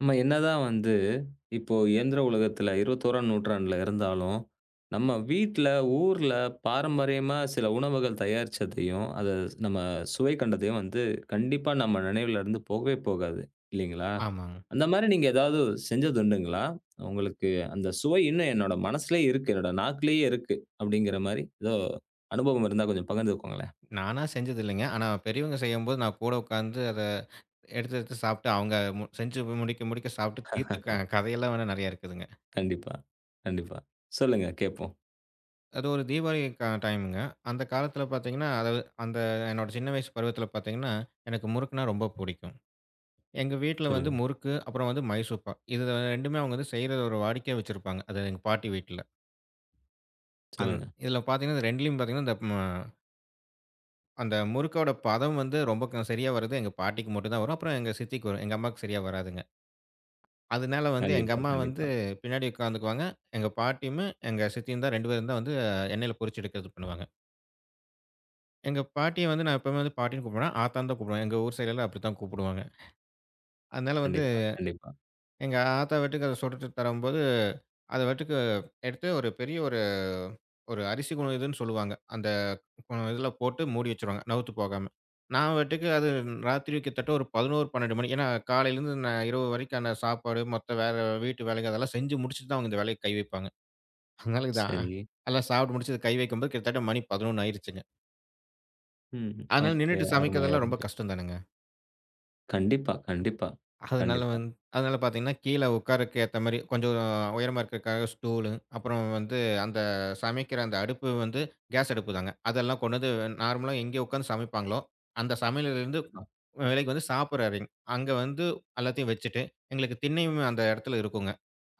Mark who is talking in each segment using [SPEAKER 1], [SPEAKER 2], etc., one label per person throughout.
[SPEAKER 1] நம்ம என்னதான் வந்து இப்போ இயந்திர உலகத்துல 21ஆம் நூற்றாண்டுல இருந்தாலும், நம்ம வீட்ல, ஊர்ல பாரம்பரியமா சில உணவுகள் தயாரிச்சதையும், அத நம்ம சுவை கண்டதையும் வந்து கண்டிப்பா நம்ம நினைவுல இருந்து போகவே போகாது. இல்லைங்களா?
[SPEAKER 2] ஆமாங்க.
[SPEAKER 1] அந்த மாரி நீங்க ஏதாவது செஞ்சது உண்டுங்களா? உங்களுக்கு அந்த சுவை இன்னும் என்னோட மனசுலயே இருக்கு. என்னோட நாக்குலயே இருக்கு. அப்படிங்கிற மாரி ஏதோ அனுபவம் இருந்தா கொஞ்சம் பகிர்ந்துக்கோங்களேன்.
[SPEAKER 2] நானா செஞ்சது இல்லைங்க. ஆனா பெரியவங்க செய்யும்போது நான் கூட உட்கார்ந்து அத எடுத்து எடுத்து சாப்பிட்டு அவங்க செஞ்சு முடிக்க முடிக்க சாப்பிட்டு தீர்த்த கதையெல்லாம் வேணா நெறையா இருக்குதுங்க.
[SPEAKER 1] கண்டிப்பா, கண்டிப்பா. சொல்லுங்க கேட்போம்.
[SPEAKER 2] அது ஒரு தீபாவளி டைமுங்க. அந்த காலத்தில பார்த்தீங்கன்னா, அதாவது அந்த என்னோட சின்ன வயசு பருவத்தில பார்த்தீங்கன்னா, எனக்கு முறுக்குன்னா ரொம்ப புடிக்கும். எங்க வீட்ல வந்து
[SPEAKER 1] சொல்லுங்க,
[SPEAKER 2] முறுக்கு, அப்புறம் வந்து மைசூர்பாக். இது 2மே அவங்க வந்து செய்றத ஒரு வாடிக்கையா வச்சிருப்பாங்க. அது எங்க பாட்டி வீட்ல. அந்
[SPEAKER 1] சொல்லுங்க.
[SPEAKER 2] இதில பார்த்தீங்கன்னா, இந்த 2லயும் பார்த்தீங்கன்னா, இந்த ம அந்த முறுக்கோட பதம் வந்து ரொம்ப சரியா வரது எங்க பாட்டிக்கு மட்டும் தான் வரும். அப்புறம் எங்க சித்திக்கு வரும். எங்க அம்மாவுக்கு சரியா வராதுங்க. அதனால வந்து எங்க
[SPEAKER 1] கண்டிப்பா,
[SPEAKER 2] அம்மா வந்து
[SPEAKER 1] கண்டிப்பா,
[SPEAKER 2] பின்னாடி உட்காந்துக்குவாங்க. எங்க பாட்டியும், எங்க சித்தியும் தான் 2 பேரும் தான் வந்து எண்ணெயில பொரிச்சு எடுக்கிறது பண்ணுவாங்க. எங்க பாட்டிய வந்து நான் எப்பவுமே வந்து பாட்டின்னு கூப்பிடுவேனா, ஆத்தான்னு தான் கூப்பிடுவேன். எங்க ஊர் சைடுலாம் அப்படித்தான் கூப்பிடுவாங்க. அதனால வந்து
[SPEAKER 1] கண்டிப்பா, கண்டிப்பா.
[SPEAKER 2] எங்க ஆத்தா வாட்டுக்கு அத சுட்டுட்டு தரும்போது, அத வாட்டுக்கு எடுத்து ஒரு பெரிய ஒரு ஒரு அரிசி குண இதுன்னு சொல்லுவாங்க. அந்த இதுல போட்டு மூடி வச்சுருவாங்க, நவுத்து போகாம. நான் பாட்டுக்கு அது ராத்திரி கிட்டத்தட்ட ஒரு 11, 12 மணி ஏன்னா காலையிலேருந்து நான் இரவு வரைக்கான சாப்பாடு, மொத்த வேலை வீட்டு வேலைகள் அதெல்லாம் செஞ்சு முடிச்சுட்டு தான் அவங்க இந்த வேலைக்கு கை வைப்பாங்க. அதனால இது
[SPEAKER 1] சரி.
[SPEAKER 2] அதெல்லாம் சாப்பிட்டு முடிச்சு இதை கை வைக்கும்போது கிட்டத்தட்ட மணி 11 ஆயிருச்சுங்க.
[SPEAKER 1] ம்.
[SPEAKER 2] அதனால
[SPEAKER 1] ஓகே.
[SPEAKER 2] நின்னுட்டு
[SPEAKER 1] அருமை,
[SPEAKER 2] சமைக்கிறதெல்லாம்
[SPEAKER 1] அருமை.
[SPEAKER 2] ரொம்ப கஷ்டம் தானுங்க.
[SPEAKER 1] கண்டிப்பா, கண்டிப்பா,
[SPEAKER 2] அதனால
[SPEAKER 1] கண்டிப்பா,
[SPEAKER 2] வந் அதனால பார்த்தீங்கன்னா, கீழ உட்காரக்கு ஏத்த மாரி கொஞ்சம் உயரமா இருக்கறக்காக ஸ்டூலு, அப்புறம் வந்து அந்த சமைக்கிற அந்த அடுப்பு வந்து கேஸ் அடுப்பு தாங்க. அதெல்லாம் கொண்டு வந்து நார்மலா எங்கே உட்காந்து சமைப்பாங்களோ, அந்த சமையலறையிலருந்து
[SPEAKER 1] கண்டிப்பா,
[SPEAKER 2] விலகி வந்து சாப்பிடுற அறை. அங்க வந்து எல்லாத்தையும் வச்சுட்டு, எங்களுக்கு திண்ணையும் அந்த இடத்துல இருக்குங்க.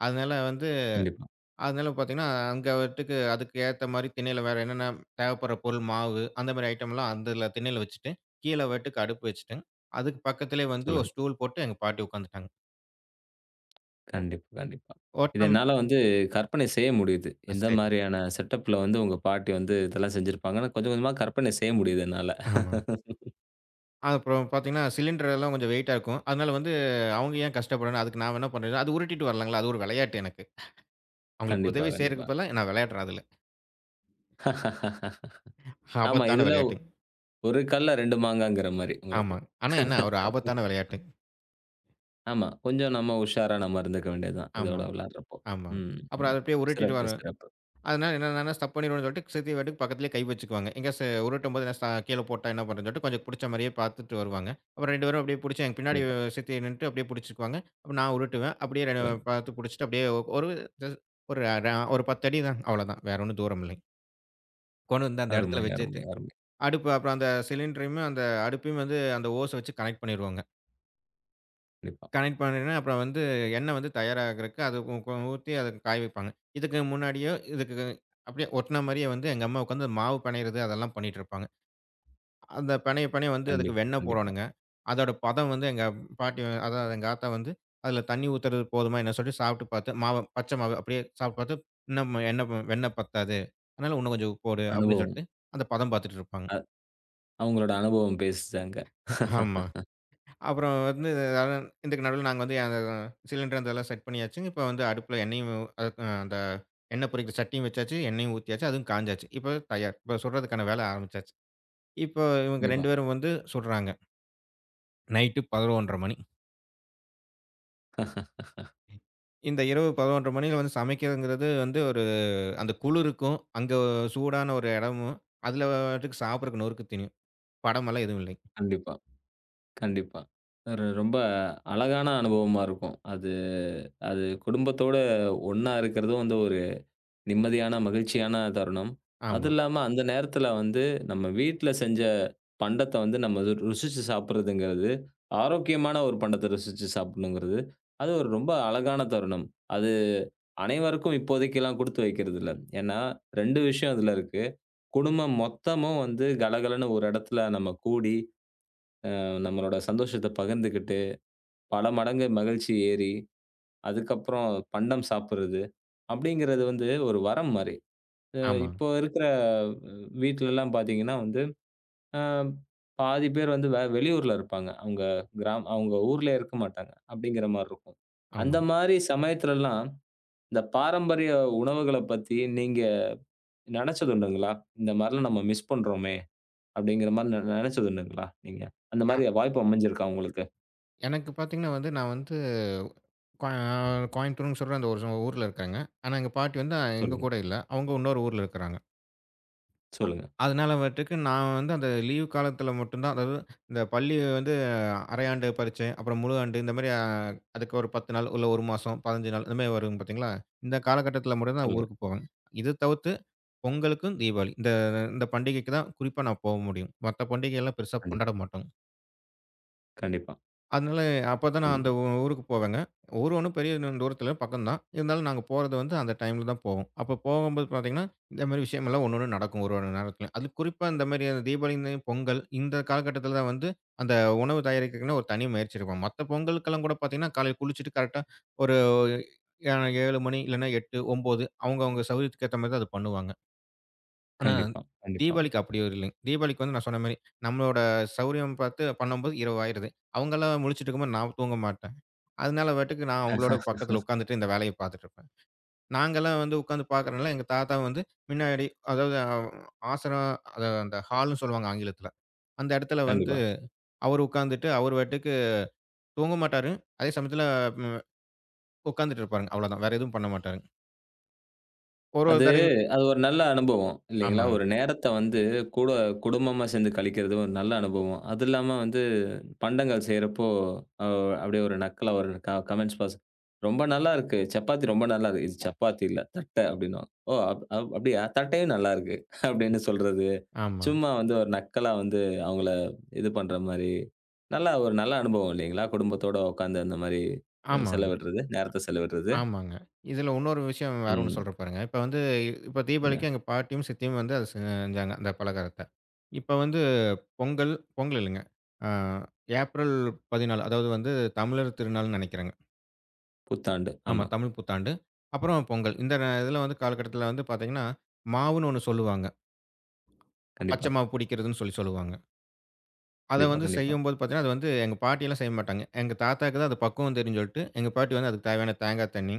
[SPEAKER 2] அதனால வந்து
[SPEAKER 1] கண்டிப்பா.
[SPEAKER 2] அதனால பார்த்தீங்கன்னா, அங்க வந்துட்டுக்கு அதுக்கு ஏத்த மாரி திண்ணையில வேற என்னென்ன தேவைப்படுற பொருள் மாவு, அந்த மாரி ஐட்டம்லாம் அந்தல திண்ணையில வச்சுட்டு, கீழ வந்துட்டுக்கு அடுப்பு வச்சுட்டு, அதுக்கு பக்கத்திலேயே வந்து ஒரு
[SPEAKER 1] சொல்லுங்க.
[SPEAKER 2] ஸ்டூல் போட்டு எங்க பாட்டி உட்காந்துட்டாங்க.
[SPEAKER 1] கண்டிப்பா, கண்டிப்பா. இத என்னால வந்து கற்பனை செய்ய முடியுது. எந்த
[SPEAKER 2] சரி.
[SPEAKER 1] மாரியான செட்டப்ல வந்து உங்க பாட்டி வந்து இதெல்லாம் செஞ்சிருப்பாங்கன்னு கொஞ்சம் கொஞ்சமா கற்பனை செய்ய முடியுது என்னால.
[SPEAKER 2] ஆமா. அப்புறம் பார்த்தீங்கன்னா, சிலிண்டர் எல்லாம் கொஞ்சம் வெயிட்டா இருக்கும். அதனால வந்து அவங்க ஏன் கஷ்டப்படணும்? அதுக்கு நான் என்ன பண்றேன்னா, அது உருட்டிட்டு வரலாங்களா? அது ஒரு விளையாட்டு எனக்கு. அவங்களுக்கு
[SPEAKER 1] கண்டிப்பா,
[SPEAKER 2] உதவி
[SPEAKER 1] கண்டிப்பா.
[SPEAKER 2] செய்றதுக்கு பதிலா நான் விளையாடுறேன் அதுல.
[SPEAKER 1] ஆமா,
[SPEAKER 2] ஆபத்தான
[SPEAKER 1] இதுல
[SPEAKER 2] விளையாட்டுங்க.
[SPEAKER 1] ஒரு கல்ல 2 மாங்காங்கிற மாரி உங்களுக்கு.
[SPEAKER 2] ஆமாங்க. ஆனா என்ன ஒரு ஆபத்தான விளையாட்டுங்க.
[SPEAKER 1] ஆமா, கொஞ்சம் நம்ம உஷாரா நம்ம இருந்துக்க வேண்டியது தான். இதோட
[SPEAKER 2] ஆமாங்க,
[SPEAKER 1] விளையாடுறப்போ.
[SPEAKER 2] ஆமாங்க.
[SPEAKER 1] ம்,
[SPEAKER 2] அப்புறம்
[SPEAKER 1] ம்.
[SPEAKER 2] அத அப்படியே உருட்டிட்டு
[SPEAKER 1] சிறப்பு,
[SPEAKER 2] வர
[SPEAKER 1] சிறப்பு.
[SPEAKER 2] அதனால என்னன்னா ஸ்டப் பண்ணிடுவோம்னு சொல்லிட்டு சேர்த்து வாட்டுக்கு பக்கத்திலேயே கை வச்சுக்குவாங்க. எங்க ச உருட்டும்போது என்ன கீழ போட்டா என்ன பண்ணுறதுன்னு சொல்லிட்டு கொஞ்சம் புடிச்ச மாரியே பார்த்துட்டு வருவாங்க. அப்புறம் 2 பேரும் அப்படியே புடிச்சு எங்க பின்னாடி
[SPEAKER 1] கண்டிப்பா.
[SPEAKER 2] சித்தி நின்னுட்டு அப்படியே புடிச்சுக்குவாங்க. அப்ப நான் உருட்டுவேன். அப்படியே ரெ
[SPEAKER 1] சொல்லுங்க.
[SPEAKER 2] பார்த்து புடிச்சுட்டு அப்படியே ஒரு ஜஸ்ட் ஒரு ர ஒரு 10 அடி தான் அவ்வளோதான். வேற ஒண்ணும் தூரம் இல்லைங்க. கொண்டு வந்து அந்த
[SPEAKER 1] அருமை,
[SPEAKER 2] இடத்துல வச்சுட்டு,
[SPEAKER 1] அருமை, அருமை.
[SPEAKER 2] அடுப்பு அப்புறம் அந்த சிலிண்டரையுமே அந்த அடுப்பையும் வந்து அந்த ஓஸ வச்சு கனெக்ட் பண்ணிடுவோங்க.
[SPEAKER 1] கண்டிப்பா,
[SPEAKER 2] கனெக்ட் பண்ணினேன்னா, அப்புறம் வந்து எண்ணெய் வந்து தயாராகறக்கு அது கொ கொ ஊத்தி அத காய வைப்பாங்க. இதுக்கு முன்னாடியோ, இதுக்கு அப்படியே ஒட்டுன மாரியே வந்து எங்க அம்மா உட்காந்து மாவு பெணையறது அதெல்லாம் பண்ணிட்டுருப்பாங்க. அந்த பெணைய பெணைய வந்து அதுக்கு
[SPEAKER 1] கண்டிப்பா,
[SPEAKER 2] வெண்ணெய்
[SPEAKER 1] கண்டிப்பா.
[SPEAKER 2] போடணுங்க. அதோட பதம் வந்து அதாவது எங்க ஆத்தா வந்து, அதில தண்ணி ஊத்துறது போதுமா என்னன்னு சொல்லிட்டு சாப்பிட்டு பார்த்து, மாவு பச்சை மாவு அப்படியே சாப்பிட்டு பார்த்து, இன்னும் எண்ணெய் வெண்ணெய் பத்தாது. அதனால இன்னும் கொஞ்சம் போடு அப்படின்னு
[SPEAKER 1] அனுபவம்.
[SPEAKER 2] சொல்லிட்டு, அந்த பதம் பார்த்துட்டு இருப்பாங்க.
[SPEAKER 1] அவங்களோட அனுபவம் பேசுதாங்க.
[SPEAKER 2] ஆமா. அப்புறம் வந்து அதான் இதுக்கு நடுவுல நாங்க வந்து அந்த சிலிண்டர் அதெல்லாம் செட் பண்ணியாச்சுங்க. இப்ப வந்து அடுப்புல எண்ணெயும் அதுக்கு அந்த எண்ணெய் பொரிக்கிற சட்டியும் வச்சாச்சு, எண்ணெயும் ஊத்தியாச்சு, அதுவும் காய்ஞ்சாச்சு. இப்ப தயார். இப்ப சுடுறதுக்கான வேலை ஆரம்பிச்சாச்சு. இப்போ இவங்க
[SPEAKER 1] கண்டிப்பா,
[SPEAKER 2] 2 பேரும் வந்து சுடுறாங்க. நைட்டு 11:30 மணி. இந்த இரவு 11:30 மணியில வந்து சமைக்கிறதுங்கிறது வந்து ஒரு அந்த குளிருக்கும், அங்க சூடான ஒரு இடமும், அதுல பாட்டுக்கு சாப்பிடறக்கு நொறுக்கு தீனியும். படமெல்லாம் எதுவும் இல்லைங்க.
[SPEAKER 1] கண்டிப்பா, கண்டிப்பா. ஒரு ரொம்ப அழகான அனுபவமா இருக்கும். அது அது குடும்பத்தோட ஒண்ணா இருக்கிறதும் வந்து ஒரு நிம்மதியான, மகிழ்ச்சியான தருணம். அது
[SPEAKER 2] ஆமா,
[SPEAKER 1] இல்லாம அந்த நேரத்தில வந்து நம்ம வீட்ல செஞ்ச பண்டத்த வந்து நம்ம ருசிச்சு சாப்பிடுறதுங்கிறது, ஆரோக்கியமான ஒரு பண்டத்த ருசிச்சு சாப்பிடணுங்கிறது, அது ஒரு ரொம்ப அழகான தருணம். அது அனைவருக்கும் இப்போதைக்கெல்லாம் குடுத்து வைக்கிறதில்ல. ஏன்னா 2 விஷயம் அதுல இருக்கு. குடும்பம் மொத்தமும் வந்து கலகலன்னு ஒரு இடத்துல நம்ம கூடி, நம்மளோட சந்தோஷத்த பகிர்ந்துக்கிட்டு, பல மடங்கு மகிழ்ச்சி ஏறி, அதுக்கப்புறம் பண்டம் சாப்பிடுறது, அப்படிங்கிறது வந்து ஒரு வரம் மாரி. அ
[SPEAKER 2] ஆமாங்க,
[SPEAKER 1] இப்போ இருக்கிற வீட்லலாம் பார்த்தீங்கன்னா வந்து, அ பாதி பேர் வந்து வெளியூர்ல இருப்பாங்க. அவங்க அவங்க ஊர்லயே இருக்க மாட்டாங்க, அப்படிங்கிற மாரி இருக்கும். அந்த
[SPEAKER 2] ஆமாங்க.
[SPEAKER 1] மாரி சமயத்துலலாம், இந்த பாரம்பரிய உணவுகள பத்தி நீங்க நெனச்சது உண்டுங்களா? இந்த மாரிலாம் நம்ம மிஸ் பண்றோமே! அப்படிங்கிற மாரி நெனச்சதுண்டுங்களா நீங்க? அந்த
[SPEAKER 2] நான்
[SPEAKER 1] மாரி வாய்ப்பு அமைஞ்சிருக்கா உங்களுக்கு?
[SPEAKER 2] எனக்கு பார்த்தீங்கன்னா வந்து நான் வந்து கோய கோயம்புத்தூர்ன்னு சொல்ற அந்த ஒரு ஊர்ல இருக்காங்க. ஆனா எங்க பாட்டி வந்து எங்க
[SPEAKER 1] சொல்லுங்க,
[SPEAKER 2] கூட இல்ல. அவங்க இன்னொரு ஊர்ல இருக்கிறாங்க.
[SPEAKER 1] சொல்லுங்க,
[SPEAKER 2] அதனால வந்துட்டுக்கு நான் வந்து அந்த லீவ் காலத்தில மட்டும் தான் அதாவது இந்த பள்ளி வந்து அரையாண்டு பரீட்சை, அப்புறம் முழு ஆண்டு இந்த மாரி அதுக்கு ஒரு 10 நாள், இல்ல 1 மாசம், 15 நாள் இந்த மாரி வரும் பார்த்தீங்களா? இந்த காலகட்டத்தில மட்டும் தான்
[SPEAKER 1] சொல்லுங்க.
[SPEAKER 2] ஊருக்கு போவேன். இது தவிர்த்து பொங்கலுக்கும், தீபாவளி இந்த இந்த பண்டிகைக்கு தான் குறிப்பா நான் போக முடியும். மத்த பண்டிகைலாம் பெருசா கொண்டாட
[SPEAKER 1] கண்டிப்பா,
[SPEAKER 2] மாட்டோங்க.
[SPEAKER 1] கண்டிப்பா,
[SPEAKER 2] அதனால அப்பதான் நான் அந்த
[SPEAKER 1] கண்டிப்பா,
[SPEAKER 2] ஊருக்கு போவேங்க. ஊர் ஒண்ணும் பெரிய தூரத்தில பக்கம் தான். இருந்தாலும் நாங்க போறது வந்து அந்த டைம்ல தான் போவோம். அப்ப போகும்போது பார்த்தீங்கன்னா, இந்த மாரி விஷயமெல்லாம் ஒண்ணு ஒண்ணு நடக்கும் ஒரு ஒரு நேரத்தில. அது குறிப்பா இந்த மாரி தீபாவளி, இந்த பொங்கல் இந்த காலகட்டத்தில தான் வந்து அந்த உணவு தயாரிக்கிறதுக்குன்னு ஒரு தனி முயற்சி எடுப்போம். மத்த பொங்கலுக்கெல்லாம் கூட பார்த்தீங்கன்னா, காலையில குளிச்சுட்டு கரெக்ட்டா ஒரு ஏ 7 மணி இல்லன்னா 8, 9 அவங்கவங்க சௌகரியத்துக்கு ஏத்த மாரி தான் அது பண்ணுவாங்க. ஆனா,
[SPEAKER 1] கண்டிப்பா, கண்டிப்பா.
[SPEAKER 2] தீபாவளிக்கு அப்படி ஒரு இல்லைங்க. தீபாவளிக்கு வந்து நான் சொன்ன மாரி, நம்மளோட சௌரியம் பார்த்து பண்ணும்போது இரவு ஆயிடுது. அவங்கலாம் முழிச்சுட்டு இருக்கும்போது நான் தூங்க மாட்டேன். அதனால பாட்டுக்கு நான் அவங்களோட பக்கத்துல உட்காந்துட்டு இந்த வேலைய பார்த்துட்டு இருப்பேன். நாங்கலாம் வந்து உட்காந்து பார்க்கறனால, எங்க தாத்தா வந்து முன்னாடி அதாவது ஆசனம் அத அந்த ஹால்ன்னு சொல்லுவாங்க ஆங்கிலத்துல. அந்த இடத்துல வந்து
[SPEAKER 1] கண்டிப்பா.
[SPEAKER 2] அவரு உட்காந்துட்டு அவரு பாட்டுக்கு தூங்க மாட்டாரு. அதே சமயத்துல ம் உட்காந்துட்டு இருப்பாருங்க. அவ்வளோதான். வேற எதுவும் பண்ண மாட்டாருங்க. ஒரு ஒரு
[SPEAKER 1] அது
[SPEAKER 2] தடவையும்
[SPEAKER 1] அது ஒரு நல்ல அனுபவம் இல்லைங்களா?
[SPEAKER 2] ஆமாங்க,
[SPEAKER 1] ஒரு நேரத்த வந்து கூட குடும்பமா சேர்ந்து கழிக்கிறது ஒரு நல்ல அனுபவம். அது இல்லாம வந்து பண்டங்கள் செய்றப்போ, அ அப்படியே ஒரு நக்கலா ஒரு கமெண்ட்ஸ் பாஸ் "ரொம்ப நல்லா இருக்கு. சப்பாத்தி ரொம்ப நல்லா இருக்கு." "இது சப்பாத்தி இல்ல, தட்ட" அப்படின்னுவாங்க. "ஓ! அப் அப் அப்படியா? தட்டையும் நல்லா இருக்கு." அப்படின்னு சொல்றது.
[SPEAKER 2] ஆமாங்க,
[SPEAKER 1] சும்மா வந்து ஒரு நக்கலா வந்து அவங்கள இது பண்ற மாரி, நல்லா ஒரு நல்ல அனுபவம் இல்லைங்களா? குடும்பத்தோட உட்கார்ந்து அந்த மாரி
[SPEAKER 2] ஆமாங்க.
[SPEAKER 1] செலவிடுறது, நேரத்த செலவிடுறது.
[SPEAKER 2] ஆமாங்க. இதில இன்னொரு விஷயம் வேற ஒண்ணு
[SPEAKER 1] ம்.
[SPEAKER 2] சொல்றேன் பாருங்க. இப்ப வந்து இப்ப
[SPEAKER 1] ங்க
[SPEAKER 2] தீபாவளிக்கு எங்க பாட்டியும், சித்தியும் வந்து அத செஞ்சாங்க, அந்த பலகாரத்த. இப்ப வந்து பொங்கல் பொங்கல் இல்லங்க. அ ஏப்ரல் 14 அதாவது வந்து தமிழர் திருநாள்ன்னு நெனைக்கிறேங்க.
[SPEAKER 1] புத்தாண்டு.
[SPEAKER 2] ஆமா,
[SPEAKER 1] ஆமா.
[SPEAKER 2] தமிழ் புத்தாண்டு. அப்புறம் பொங்கல். இந்த இதில வந்து காலகட்டத்தில வந்து பார்த்தீங்கன்னா, மாவுன்னு ஒண்ணு சொல்லுவாங்க.
[SPEAKER 1] கண்டிப்பா,
[SPEAKER 2] பச்ச மாவு புடிக்கிறதுன்னு சொல்லி சொல்லுவாங்க. அத
[SPEAKER 1] கண்டிப்பா,
[SPEAKER 2] வந்து
[SPEAKER 1] கண்டிப்பா.
[SPEAKER 2] செய்யும்போது பார்த்தீங்கன்னா, அது வந்து எங்க பாட்டிலாம் செய்ய மாட்டாங்க. எங்க தாத்தாவுக்கு தான் அது பக்குவம் தெரியும்னு சொல்லிட்டு, எங்க பாட்டி வந்து அதுக்கு தேவையான தேங்காய் தண்ணி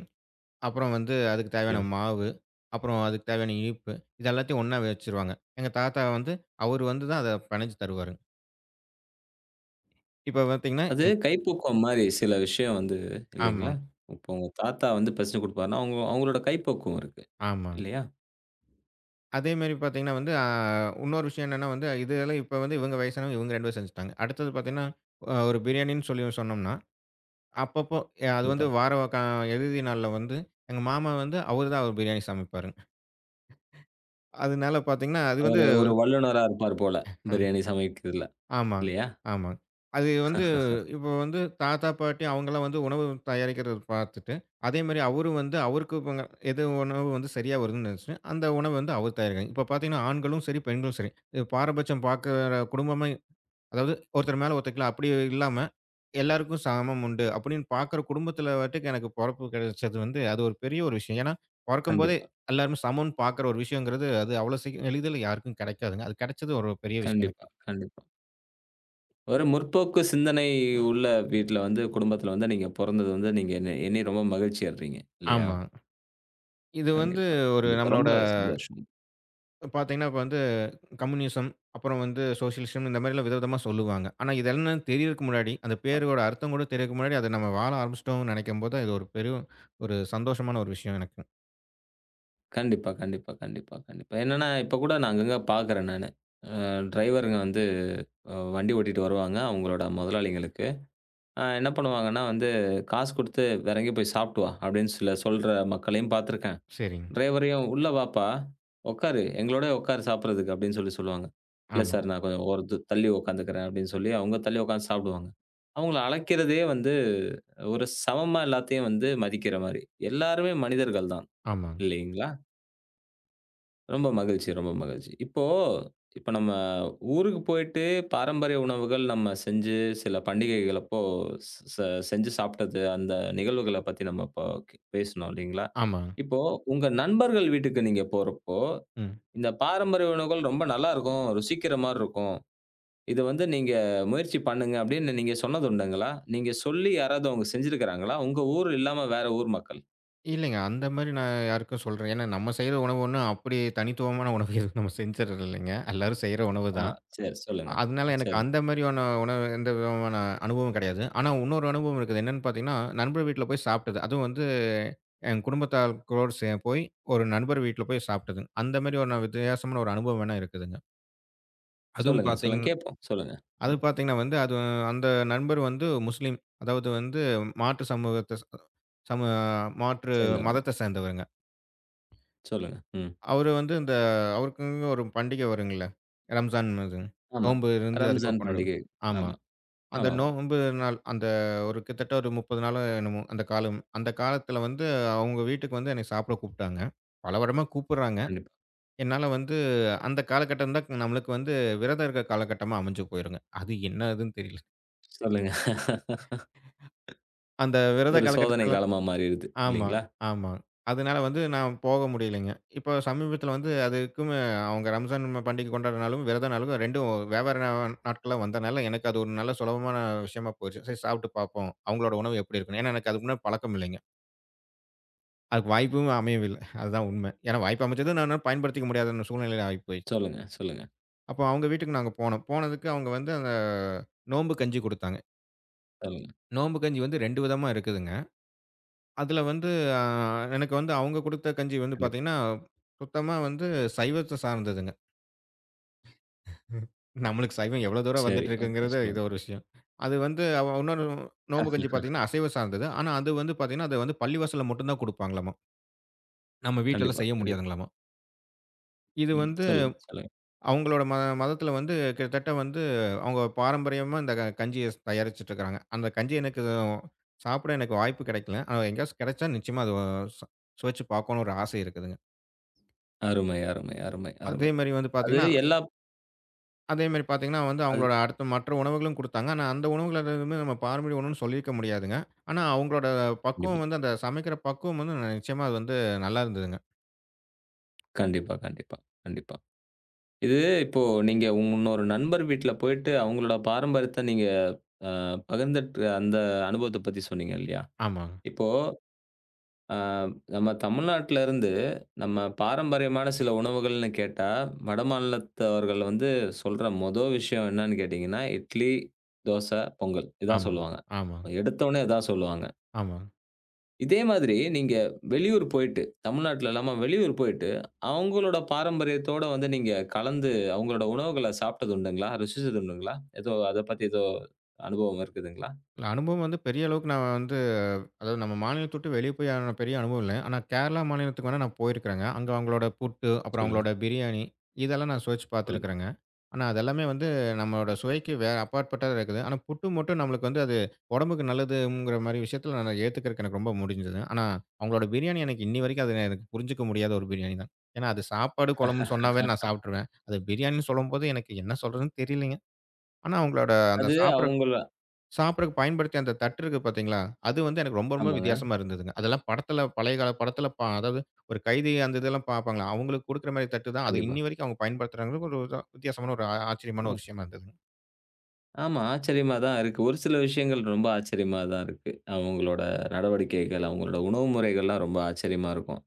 [SPEAKER 2] அப்புறம் வந்து அதுக்கு தேவையான
[SPEAKER 1] சொல்லுங்க.
[SPEAKER 2] மாவு, அப்புறம் அதுக்கு தேவையான இனிப்பு, இது எல்லாத்தையும் ஒண்ணா வச்சுருவாங்க. எங்க தாத்தா வந்து அவரு வந்து தான் அத பெனஞ்சு தருவாருங்க. இப்ப பார்த்தீங்கன்னா
[SPEAKER 1] அது கைப்பக்குவம் மாரி சில விஷயம் வந்து இல்லைங்களா?
[SPEAKER 2] ஆமாங்க,
[SPEAKER 1] இப்போ உங்க தாத்தா வந்து பிசைஞ்சு குடுப்பாருன்னா, அவங்க அவங்களோட கைப்பக்குவம் இருக்கு.
[SPEAKER 2] ஆமாங்க.
[SPEAKER 1] இல்லையா?
[SPEAKER 2] அதேமாரி பார்த்தீங்கன்னா வந்து இன்னொரு விஷயம் என்னன்னா வந்து இதெல்லாம் இப்ப வந்து இவங்க வயசானவங்க இவங்க 2 பேரும் செஞ்சுட்டாங்க. அடுத்தது பார்த்தீங்கன்னா, ஒரு பிரியாணின்னு சொல்லி சொன்னோம்னா, அப்பப்போ ஏ, அது
[SPEAKER 1] கண்டிப்பா.
[SPEAKER 2] வந்து வார இறுதி நாள்ல வந்து எங்க மாமா வந்து அவரு தான் ஒரு பிரியாணி சமைப்பாருங்க. அதனால பார்த்தீங்கன்னா, அது வந்து
[SPEAKER 1] அவரு ஒரு வல்லுனரா இருப்பார் போல. பிரியாணி சமைக்கிறதுல.
[SPEAKER 2] ஆமாங்க,
[SPEAKER 1] இல்லையா?
[SPEAKER 2] ஆமாங்க. அது வந்து இப்போ வந்து தாத்தா, பாட்டி அவங்கலாம் வந்து உணவு தயாரிக்கிறத பார்த்துட்டு, அதேமாரி அவரும் வந்து அவருக்கு எது உணவு வந்து சரியா வருதுன்னு நினச்சு, அந்த உணவு வந்து அவர் தயாரிக்கிறாங்க. இப்போ பார்த்தீங்கன்னா, ஆண்களும் சரி, பெண்களும் சரி, இது பாரபட்சம் பார்க்குற குடும்பமே அதாவது ஒருத்தர் மேல ஒருத்தருக்கலாம் அப்படி இல்லாம, எல்லாருக்கும் சமம் உண்டு அப்படின்னு பார்க்குற குடும்பத்தில வாட்டுக்கு எனக்கு பொறப்பு கிடைச்சது வந்து, அது ஒரு பெரிய ஒரு விஷயம். ஏன்னா, பொறக்கும்போதே
[SPEAKER 1] கண்டிப்பா,
[SPEAKER 2] எல்லாருமே சமம்ன்னு பார்க்குற ஒரு விஷயங்கிறது, அது அவ்வளோ சீக்கிரம் எளிதில யாருக்கும் கிடைக்காதுங்க. அது கிடைச்சது ஒரு பெரிய விஷயம் எனக்கு.
[SPEAKER 1] கண்டிப்பா, கண்டிப்பா. ஒரு
[SPEAKER 2] இப்
[SPEAKER 1] முற்போக்கு சிந்தனை உள்ள வீட்ல வந்து, குடும்பத்தில வந்து நீங்க பொறந்தது வந்து நீங்க எண்ணி எண்ணி ரொம்ப மகிழ்ச்சி அட்றீங்க. இல்லையா?
[SPEAKER 2] ஆமா. இது வந்து
[SPEAKER 1] கண்டிப்பா,
[SPEAKER 2] ஒரு
[SPEAKER 1] கண்டிப்பா. ரொம்ப
[SPEAKER 2] நம்மளோட
[SPEAKER 1] சந்தோஷம்.
[SPEAKER 2] பார்த்தீங்கன்னா, இப்ப வந்து கம்யூனிசம், அப்புறம் வந்து சோஷியலிசம் இந்த மாரிலாம் விதவிதமா சொல்லுவாங்க. ஆனா, இது என்னன்னு தெரியறதுக்கு முன்னாடி, அந்த
[SPEAKER 1] அ
[SPEAKER 2] பேரோட அர்த்தம் கூட தெரியறதுக்கு முன்னாடி, அத நம்ம வாழ ஆரம்பிச்சுட்டோம்னு நெனைக்கும்போது, இது ஒரு பெரும் ஒரு சந்தோஷமான ஒரு விஷயம் எனக்கு.
[SPEAKER 1] கண்டிப்பா, கண்டிப்பா, கண்டிப்பா, கண்டிப்பா. என்னன்னா, இப்ப கூட நான் அங்கங்க பார்க்குறேன் நானு. அ டிரைவருங்க வந்து வண்டி ஓட்டிட்டு வருவாங்க, அவங்களோட முதலாளிங்களுக்கு. என்ன பண்ணுவாங்கன்னா வந்து, "காசு குடுத்து வேற எங்கேயும் போய் சாப்ட்டு வா" அப்டின்னு சில சொல்ற மக்களையும் பார்த்துருக்கேன்.
[SPEAKER 2] சரிங்க.
[SPEAKER 1] டிரைவரையும், "உள்ள வாப்பா! உட்காரு. எங்களோடயே உட்காரு சாப்பிடுறதுக்கு" அப்படின்னு சொல்லி சொல்லுவாங்க. "இல்ல
[SPEAKER 2] ஆமா,
[SPEAKER 1] சார் நான் கொஞ்சம் ஓரத்து தள்ளி உட்காந்துக்கிறேன்" அப்படின்னு சொல்லி அவங்க தள்ளி உட்காந்து சாப்பிடுவாங்க. அவங்கள அழைக்கிறதே வந்து ஒரு சமமா எல்லாத்தையும் வந்து மதிக்கிற மாரி. எல்லாருமே மனிதர்கள் தான்.
[SPEAKER 2] ஆமாங்க,
[SPEAKER 1] இல்லைங்களா? ரொம்ப மகிழ்ச்சி, ரொம்ப மகிழ்ச்சி. இப்போ இப்ப நம்ம ஊருக்கு போயிட்டு பாரம்பரிய உணவுகள் நம்ம செஞ்சு சில பண்டிகைகள் அப்போ ஸ் ச செஞ்சு சாப்பிட்டது, அந்த நிகழ்வுகள பத்தி நம்ம இப்போ பேசினோம் இல்லைங்களா?
[SPEAKER 2] ஆமாங்க.
[SPEAKER 1] இப்போ உங்க நண்பர்கள் வீட்டுக்கு நீங்க போறப்போ,
[SPEAKER 2] ம்.
[SPEAKER 1] இந்த பாரம்பரிய உணவுகள் ரொம்ப நல்லா இருக்கும், ருசிக்கிற மாரி இருக்கும். இத வந்து நீங்க முயற்சி பண்ணுங்க அப்படின்னு நீங்க சொன்னது உண்டுங்களா? நீங்க சொல்லி யாராவது அவங்க செஞ்சிருக்கிறாங்களா? உங்க ஊர் இல்லாம வேற ஊர் மக்கள்?
[SPEAKER 2] இல்லைங்க. அந்த மாரி நான் யாருக்கும் சொல்றேன். ஏன்னா, நம்ம செய்ற உணவு ஒண்ணும் அப்படி தனித்துவமான உணவு எதுவும் நம்ம செஞ்சுறது இல்லைங்க. எல்லாரும் செய்ற உணவு
[SPEAKER 1] ஆ
[SPEAKER 2] தான்.
[SPEAKER 1] சரி சொல்லுங்க. ஆ,
[SPEAKER 2] அதனால எனக்கு
[SPEAKER 1] சரி.
[SPEAKER 2] அந்த மாரியான உணவு எந்த விதமான அனுபவம் கிடையாது. ஆனா இன்னொரு அனுபவம் இருக்குது. என்னன்னு பார்த்தீங்கன்னா, நண்பர் வீட்ல போய் சாப்பிட்டது. அதுவும் வந்து என் குடும்பத்தார்களோடு போய் ஒரு நண்பர் வீட்ல போய் சாப்பிட்டது. அந்த மாரி ஒரு வித்தியாசமான ஒரு அனுபவம் வேணா இருக்குதுங்க. அதுவும்
[SPEAKER 1] சொல்லுங்க, சொல்லுங்க.
[SPEAKER 2] பார்த்தீங்கன்னா
[SPEAKER 1] கேட்போம். சொல்லுங்க.
[SPEAKER 2] அது
[SPEAKER 1] ம்.
[SPEAKER 2] பார்த்தீங்கன்னா வந்து அது அந்த நண்பர் வந்து முஸ்லீம். அதாவது வந்து மாற்று சமூகத்த சம மாற்று
[SPEAKER 1] சேர்ந்தவங்க.
[SPEAKER 2] மதத்த சேர்ந்தவருங்க.
[SPEAKER 1] சொல்லுங்க. ம்.
[SPEAKER 2] அவரு வந்து இந்த அவருக்குன்னு ஒரு பண்டிகை வருங்கல்ல. ரம்ஜான் இது.
[SPEAKER 1] ஆமா.
[SPEAKER 2] நோன்பு இருந்து அதுக்கு
[SPEAKER 1] ரம்ஜான்
[SPEAKER 2] கொண்டாடுவோம்.
[SPEAKER 1] பண்டிகை.
[SPEAKER 2] ஆமா.
[SPEAKER 1] ஆமா.
[SPEAKER 2] அந்த
[SPEAKER 1] ஆமாமா.
[SPEAKER 2] நோன்பு நாள், அந்த ஒரு கிட்டத்தட்ட ஒரு 30 நாளோ என்னமோ அந்த காலம். அந்த காலத்தில வந்து அவங்க வீட்டுக்கு வந்து என்னைய சாப்பிட கூப்பிட்டாங்க. பல வருடமா கூப்பிடுறாங்க.
[SPEAKER 1] கண்டிப்பா.
[SPEAKER 2] என்னால வந்து அந்த காலகட்டம் தான் நம்மளுக்கு வந்து விரதம் இருக்க காலகட்டமா அமைஞ்சு போயிருங்க. அது என்ன ஏதுன்னு தெரியல.
[SPEAKER 1] சொல்லுங்க.
[SPEAKER 2] அந்த விரத
[SPEAKER 1] ஒரு சோதனை
[SPEAKER 2] காலகட்டத்தில
[SPEAKER 1] காலமா மாறிருது
[SPEAKER 2] ஆமா,
[SPEAKER 1] இல்லைங்களா?
[SPEAKER 2] ஆமா. அதனால வந்து நான் போக முடியலைங்க. இப்போ சமீபத்தில வந்து அதுக்கும் அவங்க ரம்ஜான் பண்டிகை கொண்டாடுனாலும், விரத நாளுக்கும் 2ம் வெவ்வேறு நாட்களா வந்தனால, எனக்கு அது ஒரு நல்ல சுலபமான விஷயமா போயிருச்சு. சரி சாப்பிட்டு பார்ப்போம். அவங்களோட உணவு எப்படி இருக்குன்னு. ஏன்னா, எனக்கு அதுக்கு முன்னாடி பழக்கம் இல்லைங்க. அதுக்கு வாய்ப்பும் அமையவில்லை. அதுதான் உண்மை. ஏன்னா வாய்ப்பு அமைஞ்சது நான் என்னால பயன்படுத்திக்க முடியாத சூழ்நிலையில ஆகி போயிடுச்சு.
[SPEAKER 1] சொல்லுங்க, சொல்லுங்க,
[SPEAKER 2] அப்போ அவங்க வீட்டுக்கு நாங்க போனோம். போனதுக்கு அவங்க வந்து அந்த நோம்பு கஞ்சி குடுத்தாங்க.
[SPEAKER 1] சொல்லுங்க.
[SPEAKER 2] நோம்பு கஞ்சி வந்து 2 விதமா இருக்குதுங்க. அதில வந்து அ எனக்கு வந்து அவங்க குடுத்த கஞ்சி வந்து
[SPEAKER 1] கண்டிப்பா.
[SPEAKER 2] பாத்தீங்கன்னா, சுத்தமா வந்து சைவத்த சார்ந்ததுங்க. நம்மளுக்கு சைவம் எவ்வளோ தூரம்
[SPEAKER 1] சரி.
[SPEAKER 2] வந்துட்டு
[SPEAKER 1] ஓகே.
[SPEAKER 2] இருக்குங்கிறது இது
[SPEAKER 1] சொல்லுங்க.
[SPEAKER 2] ஒரு விஷயம். அது வந்து இன்னொரு நோம்பு கஞ்சி பாத்தீங்கன்னா, அசைவ சார்ந்தது. ஆனா அது வந்து பாத்தீங்கன்னா, அது வந்து பள்ளிவாசல்ல மட்டும் தான் குடுப்பாங்களாமா. நம்ம வீட்லலாம்
[SPEAKER 1] கண்டிப்பா,
[SPEAKER 2] செய்ய
[SPEAKER 1] கண்டிப்பா.
[SPEAKER 2] முடியாதுங்களாமா. இது
[SPEAKER 1] ம்.
[SPEAKER 2] வந்து
[SPEAKER 1] சொல்லுங்க, சொல்லுங்க.
[SPEAKER 2] அவங்களோட மதத்தில வந்து கிட்டத்தட்ட வந்து அவங்க பாரம்பரியமா இந்த கஞ்சிய தயாரிச்சுட்டு இருக்காங்க. அந்த கஞ்சி எனக்கு சாப்பிட எனக்கு வாய்ப்பு கிடைக்கல. ஆனா எங்கேயாச்சும் கிடைச்சா நிச்சயமா அது ச சுவைச்சு பாக்கணும்னு ஒரு ஆசை இருக்குதுங்க.
[SPEAKER 1] அருமை, அருமை, அருமை,
[SPEAKER 2] அதே
[SPEAKER 1] அருமை.
[SPEAKER 2] மாரி வந்து
[SPEAKER 1] அது
[SPEAKER 2] பார்த்தீங்கன்னா
[SPEAKER 1] எல்லா
[SPEAKER 2] அதே மாரி பார்த்தீங்கன்னா வந்து
[SPEAKER 1] அது
[SPEAKER 2] அவங்களோட அடுத்த மற்ற உணவுகளும் குடுத்தாங்க. ஆனா அந்த உணவுகள் எதுவுமே நம்ம பாரம்பரிய உணவுன்னு சொல்லியிருக்க முடியாதுங்க. ஆனா அவங்களோட
[SPEAKER 1] கண்டிப்பா,
[SPEAKER 2] பக்குவம் வந்து அந்த சமைக்கிற பக்குவம் வந்து நிச்சயமா அது வந்து நல்லா இருந்ததுங்க.
[SPEAKER 1] கண்டிப்பா, கண்டிப்பா, கண்டிப்பா. இது இப்போ நீங்க இன்னொரு நண்பர் வீட்ல போயிட்டு அவங்களோட பாரம்பரியத்த நீங்க அ பகிர்ந்துட்டு அந்த அனுபவத்த பத்தி சொன்னீங்க இல்லையா?
[SPEAKER 2] ஆமாங்க,
[SPEAKER 1] இப்போ ஆ, நம்ம தமிழ்நாட்டுல இருந்து, நம்ம பாரம்பரியமான சில உணவுகள்னு கேட்டா, வடமாநிலத்தவர்கள் வந்து சொல்ற மொத விஷயம் என்னன்னு கேட்டீங்கன்னா, இட்லி, தோசை, பொங்கல். இதான்
[SPEAKER 2] ஆமாங்க,
[SPEAKER 1] சொல்லுவாங்க.
[SPEAKER 2] ஆமாங்க,
[SPEAKER 1] எடுத்தோனே இதான் சொல்லுவாங்க.
[SPEAKER 2] ஆமாங்க.
[SPEAKER 1] இதே மாதிரி நீங்க வெளியூர் போயிட்டு, தமிழ்நாட்டுல இல்லாம வெளியூர் போயிட்டு, அவங்களோட பாரம்பரியத்தோட வந்து நீங்க கலந்து அவங்களோட உணவுகள சாப்பிட்டது உண்டுங்களா? ருசிச்சது உண்டுங்களா? ஏதோ அத பத்தி ஏதோ அனுபவம் இருக்குதுங்களா?
[SPEAKER 2] இல்ல அனுபவம் வந்து பெரிய அளவுக்கு நான் வந்து அதாவது நம்ம மாநிலத்த விட்டு வெளிய போய் ஆன பெரிய அனுபவம் இல்ல. ஆனா கேரளா மாநிலத்துக்கு வேணா நான் போயிருக்கிறேங்க. அங்க அவங்களோட புட்டு, அப்புறம்
[SPEAKER 1] சொல்லுங்க,
[SPEAKER 2] அவங்களோட பிரியாணி இதெல்லாம் நான் சுவைச்சு
[SPEAKER 1] சொல்லுங்க.
[SPEAKER 2] பார்த்துருக்கிறேங்க. ஆனா அதெல்லாமே வந்து நம்மளோட சுவைக்கு வேற அப்பாற்பட்டதா இருக்குது. ஆனா புட்டு மட்டும் நம்மளுக்கு வந்து அது உடம்புக்கு நல்லதுங்கிற மாரி விஷயத்துல நான் ஏத்துக்கிறதுக்கு எனக்கு ரொம்ப முடிஞ்சது. ஆனா அவங்களோட பிரியாணி எனக்கு இன்னி வரைக்கும் அது எனக்கு புரிஞ்சுக்க முடியாத ஒரு பிரியாணி தான். ஏன்னா அது சாப்பாடு, குழம்புன்னு சொன்னாவே நான் சாப்பிட்டுருவேன். அது பிரியாணின்னு சொல்லும்போது எனக்கு என்ன சொல்றதுன்னு தெரியலைங்க. ஆனா அவங்களோட அந்த
[SPEAKER 1] அது
[SPEAKER 2] சாப்பிடுற
[SPEAKER 1] அவங்கள
[SPEAKER 2] சாப்பிடறக்கு பயன்படுத்திய அந்த தட்டு இருக்கு பார்த்தீங்களா, அது வந்து எனக்கு ரொம்ப ரொம்ப
[SPEAKER 1] ஆமாங்க.
[SPEAKER 2] வித்தியாசமா இருந்ததுங்க. அதெல்லாம் படத்துல பழைய கால படத்துல அதாவது ஒரு கைதி அந்த இதெல்லாம் பார்ப்பாங்களா, அவங்களுக்கு குடுக்குற மாரி தட்டு தான். அது
[SPEAKER 1] கண்டிப்பா.
[SPEAKER 2] இன்னி வரைக்கும் அவங்க பயன்படுத்துறாங்கங்கிறது ஒரு இதா வித்தியாசமான ஒரு ஆச்சரியமான ஒரு விஷயமா இருந்ததுங்க.
[SPEAKER 1] ஆமா. ஆச்சரியமா தான் இருக்கு. ஒரு சில விஷயங்கள் ரொம்ப ஆச்சரியமா தான் இருக்கு. அவங்களோட நடவடிக்கைகள், அவங்களோட உணவு முறைகள்லாம் ரொம்ப ஆச்சரியமா இருக்கும்.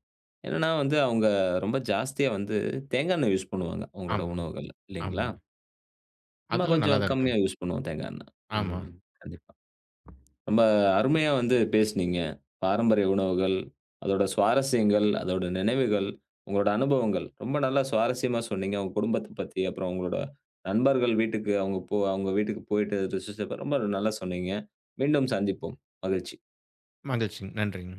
[SPEAKER 1] என்னன்னா வந்து அவங்க ரொம்ப ஜாஸ்தியா வந்து தேங்காய் எண்ணெய் யூஸ் பண்ணுவாங்க, அவங்களோட
[SPEAKER 2] ஆமா,
[SPEAKER 1] உணவுகள்ல. இல்லைங்களா?
[SPEAKER 2] ஆமாங்க.
[SPEAKER 1] நம்ம
[SPEAKER 2] அதெல்லாம் நல்லா
[SPEAKER 1] கொஞ்சம்
[SPEAKER 2] தான் இருக்கு.
[SPEAKER 1] கம்மியா யூஸ் பண்ணுவோம் தேங்காய் எண்ணெய்.
[SPEAKER 2] ஆமா.
[SPEAKER 1] ம். கண்டிப்பா. ரொம்ப அருமையா வந்து பேசுனீங்க. பாரம்பரிய உணவுகள், அதோட சுவாரஸ்யங்கள், அதோட நினைவுகள், உங்களோட அனுபவங்கள். ரொம்ப நல்லா சுவாரஸ்யமா சொன்னீங்க. உங்க குடும்பத்த பத்தி, அப்புறம் உங்களோட நண்பர்கள் வீட்டுக்கு அவங்க போ அவங்க வீட்டுக்கு போயிட்டு ருசிச்சப்ப ரொம்ப நல்லா சொன்னீங்க. மீண்டும் சந்திப்போம். மகிழ்ச்சி.
[SPEAKER 2] மகிழ்ச்சி. நன்றிங்க.